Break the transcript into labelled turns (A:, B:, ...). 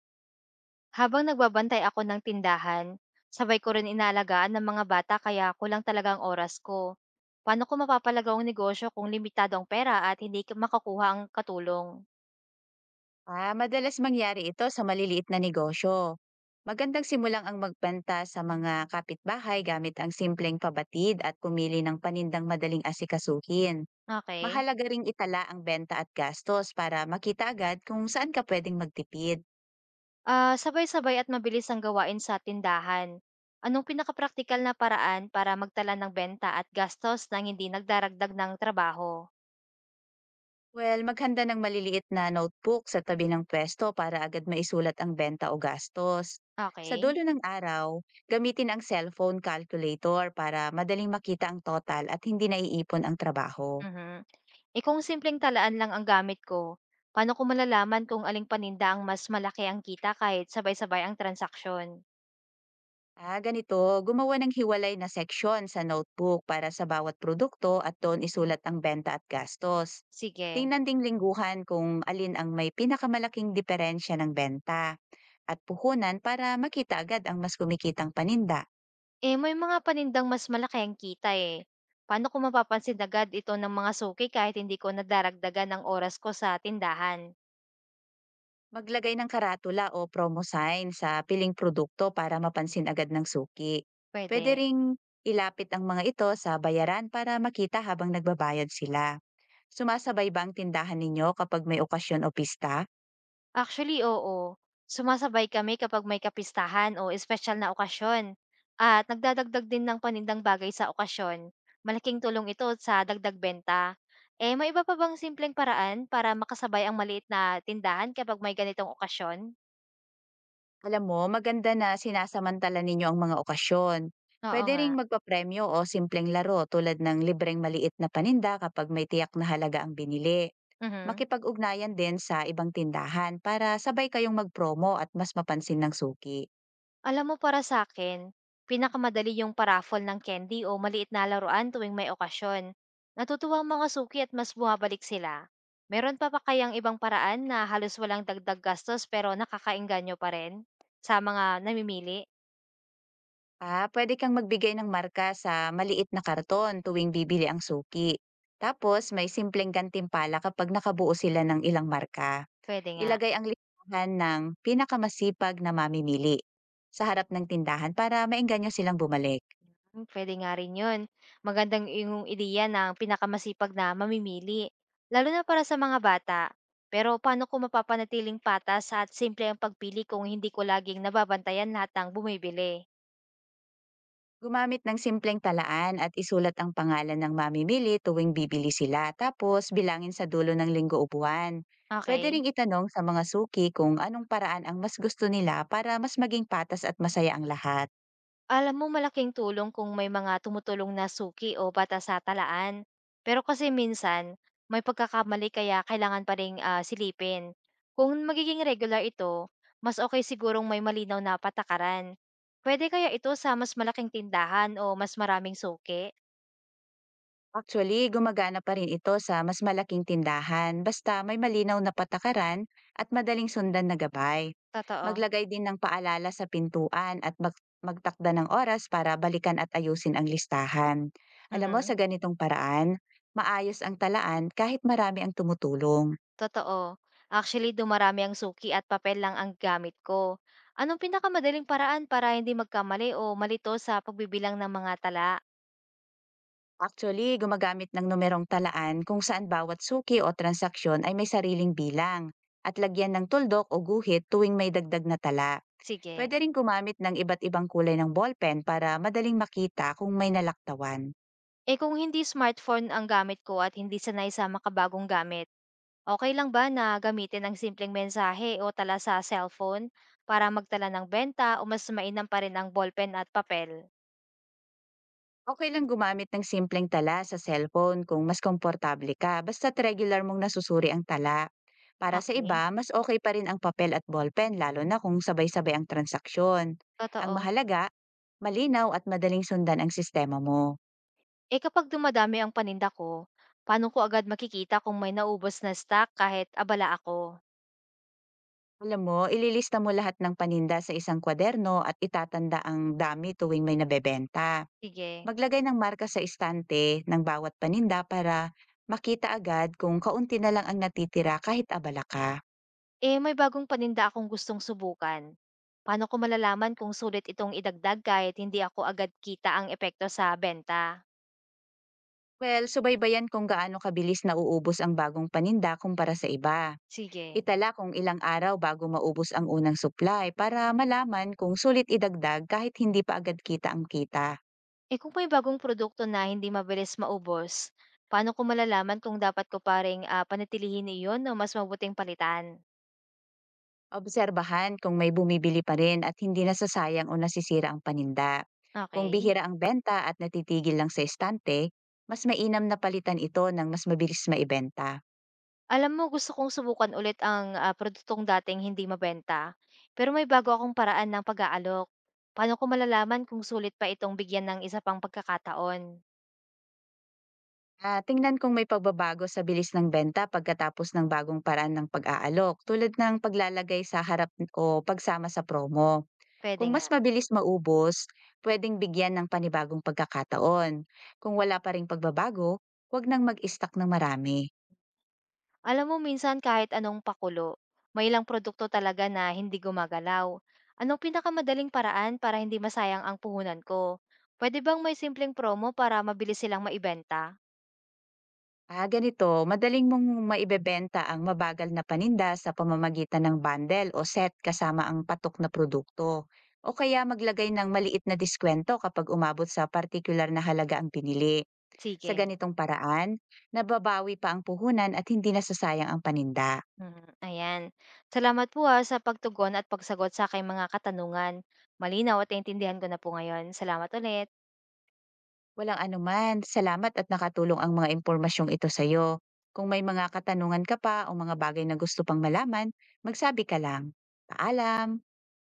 A: Habang nagbabantay ako ng tindahan, sabay ko rin inaalagaan ng mga bata kaya kulang talaga ang oras ko. Paano ko mapapalagaw ang negosyo kung limitado ang pera at makakuha ang katulong?
B: Madalas mangyari ito sa maliliit na negosyo. Magandang simulang ang magbanta sa mga kapitbahay gamit ang simpleng pabatid at pumili ng panindang madaling asikasukin.
A: Okay.
B: Mahalaga ring itala ang benta at gastos para makita agad kung saan ka pwedeng magtipid.
A: Sabay-sabay at mabilis ang gawain sa tindahan. Anong pinakapraktikal na paraan para magtala ng benta at gastos nang hindi nagdaragdag ng trabaho?
B: Well, maghanda ng maliliit na notebook sa tabi ng pwesto para agad maisulat ang benta o gastos. Sa
A: Okay.
B: dulo ng araw, gamitin ang cellphone calculator para madaling makita ang total at hindi naiipon ang trabaho.
A: Mhm. Kung simpleng talaan lang ang gamit ko, paano ko malalaman kung aling paninda ang mas malaki ang kita kahit sabay-sabay ang transaksyon?
B: Ah, ganito, gumawa ng hiwalay na seksyon sa notebook para sa bawat produkto at doon isulat ang benta at gastos.
A: Sige.
B: Tingnan ding lingguhan kung alin ang may pinakamalaking diferensya ng benta at puhunan para makita agad ang mas kumikitang paninda.
A: Eh, may mga panindang mas malaki ang kita eh. Paano ko mapapansin agad ito ng mga suki kahit hindi ko nadaragdagan ang oras ko sa tindahan?
B: Maglagay ng karatula o promo sign sa piling produkto para mapansin agad ng suki. Pwede
A: Pwede.
B: ring ilapit ang mga ito sa bayaran para makita habang nagbabayad sila. Sumasabay ba ang tindahan ninyo kapag may okasyon o pista?
A: Actually, oo. Sumasabay kami kapag may kapistahan o espesyal na okasyon. At nagdadagdag din ng panindang bagay sa okasyon. Malaking tulong ito sa dagdag benta. May iba pa bang simpleng paraan para makasabay ang maliit na tindahan kapag may ganitong okasyon?
B: Alam mo, maganda na sinasamantala ninyo ang mga okasyon.
A: Oo
B: Pwede
A: nga.
B: ring magpapremyo o simpleng laro tulad ng libreng maliit na paninda kapag may tiyak na halaga ang binili.
A: Mhm.
B: Makipag-ugnayan din sa ibang tindahan para sabay kayong magpromo at mas mapansin ng suki.
A: Alam mo para sa akin, pinakamadali yung pa ng candy o maliit na laruan tuwing may okasyon. Natutuwa ang mga suki at mas bumabalik sila. Meron pa ba kayang ibang paraan na halos walang dagdag gastos pero nakakaengganyo pa rin sa mga namimili?
B: Ah, pwede kang magbigay ng marka sa maliit na karton tuwing bibili ang suki. Tapos may simpleng gantimpala kapag nakabuo sila ng ilang marka.
A: Pwede nga.
B: Ilagay ang listahan ng pinakamasipag na mamimili sa harap ng tindahan para maengganyo silang bumalik.
A: Puwede nga rin yun. Magandang iyong ideya ng pinakamasipag na mamimili, lalo na para sa mga bata. Pero paano ko mapapanatiling patas at simple ang pagpili kung hindi ko laging nababantayan lahat ng bumibili?
B: Gumamit ng simpleng talaan at isulat ang pangalan ng mamimili tuwing bibili sila, tapos bilangin sa dulo ng linggo upuan. Pwede
A: Okay.
B: ring itanong sa mga suki kung anong paraan ang mas gusto nila para mas maging patas at masaya ang lahat.
A: Alam mo malaking tulong kung may mga tumutulong na suki o bata-satalaan sa talaan. Pero kasi minsan, may pagkakamali kaya kailangan pa ring silipin. Kung magiging regular ito, mas okey sigurong may malinaw na patakaran. Puwede kaya ito sa mas malaking tindahan o mas maraming suki?
B: Actually, gumagana pa rin ito sa mas malaking tindahan basta may malinaw na patakaran at madaling sundan na gabay.
A: Totoo.
B: Maglagay din ng paalala sa pintuan at magtakda ng oras para balikan at ayusin ang listahan. Alam mo,
A: Mhm.
B: sa ganitong paraan, maayos ang talaan kahit marami ang tumutulong.
A: Totoo. Actually, dumarami ang suki at papel lang ang gamit ko. Anong pinakamadaling paraan para hindi magkamali o malito sa pagbibilang ng mga tala?
B: Actually, gumagamit ng numerong talaan kung saan bawat suki o transaksyon ay may sariling bilang at lagyan ng tuldok o guhit tuwing may dagdag na tala. Pwede
A: Sige.
B: rin gumamit ng iba't ibang kulay ng ballpen para madaling makita kung may nalaktawan.
A: Kung hindi smartphone ang gamit ko at hindi sanay sa makabagong gamit, okay lang ba na gamitin ang simpleng mensahe o tala sa cellphone para magtala ng benta o mas mainam pa rin ang ballpen at papel?
B: Okay lang gumamit ng simpleng tala sa cellphone kung mas komportable ka basta't regular mong nasusuri ang tala. Para sa
A: Okay?
B: iba, mas okay pa rin ang papel at ballpen lalo na kung sabay-sabay ang transaksyon. Ang
A: Totoo.
B: mahalaga, malinaw at madaling sundan ang sistema mo.
A: Kapag dumadami ang paninda ko, paano ko agad makikita kung may naubos na stock kahit abala ako?
B: Alam mo, ililista mo lahat ng paninda sa isang kwaderno at itatanda ang dami tuwing may nabebenta.
A: Sige.
B: Maglagay ng marka sa istante ng bawat paninda para makita agad kung kaunti na lang ang natitira kahit abala ka.
A: Eh, may bagong paninda akong gustong subukan. Paano ko malalaman kung sulit itong idagdag kahit hindi ako agad kita ang epekto sa benta?
B: Well, subaybayan kung gaano kabilis nauubos ang bagong paninda kumpara sa iba.
A: Sige.
B: Itala kung ilang araw bago maubos ang unang supply para malaman kung sulit idagdag kahit hindi pa agad kita ang kita.
A: Kung may bagong produkto na hindi mabilis maubos, paano ko malalaman kung dapat ko pa ring panatilihin iyon o mas mabuting palitan?
B: Obserbahan kung may bumibili pa rin at hindi nasasayang o nasisira ang paninda. Kung
A: Okay?
B: bihira ang benta at natitigil lang sa estante, mas mainam na palitan ito ng mas mabilis maibenta.
A: Alam mo gusto kong subukan ulit ang produktong dating hindi mabenta, pero may bago akong paraan ng pag-aalok. Paano ko malalaman kung sulit pa itong bigyan ng isa pang pagkakataon?
B: Ah, tingnan kung may pagbabago sa bilis ng benta pagkatapos ng bagong paraan ng pag-aalok tulad ng paglalagay sa harap o pagsama sa promo.
A: Puwede
B: Kung mas
A: nga.
B: mabilis maubos, pwedeng bigyan ng panibagong pagkakataon. Kung wala pa ring pagbabago, huwag nang mag-stock ng marami.
A: Alam mo minsan kahit anong pakulo, may ilang produkto talaga na hindi gumagalaw. Anong pinakamadaling paraan para hindi masayang ang puhunan ko? Pwede bang may simpleng promo para mabilis silang maibenta?
B: Ah, ganito, madaling mong maibebenta ang mabagal na paninda sa pamamagitan ng bundle o set kasama ang patok na produkto. O kaya maglagay ng maliit na diskwento kapag umabot sa partikular na halaga ang pinili. Sa
A: Sige.
B: ganitong paraan, nababawi pa ang puhunan at hindi nasasayang ang paninda.
A: Mhm. Ayan. Salamat po ha sa pagtugon at pagsagot sa aking mga katanungan. Malinaw at naintindihan ko na po ngayon. Salamat ulit.
B: Walang anuman, salamat at nakatulong ang mga impormasyong ito sa iyo. Kung may mga katanungan ka pa o mga bagay na gusto pang malaman, magsabi ka lang. Paalam!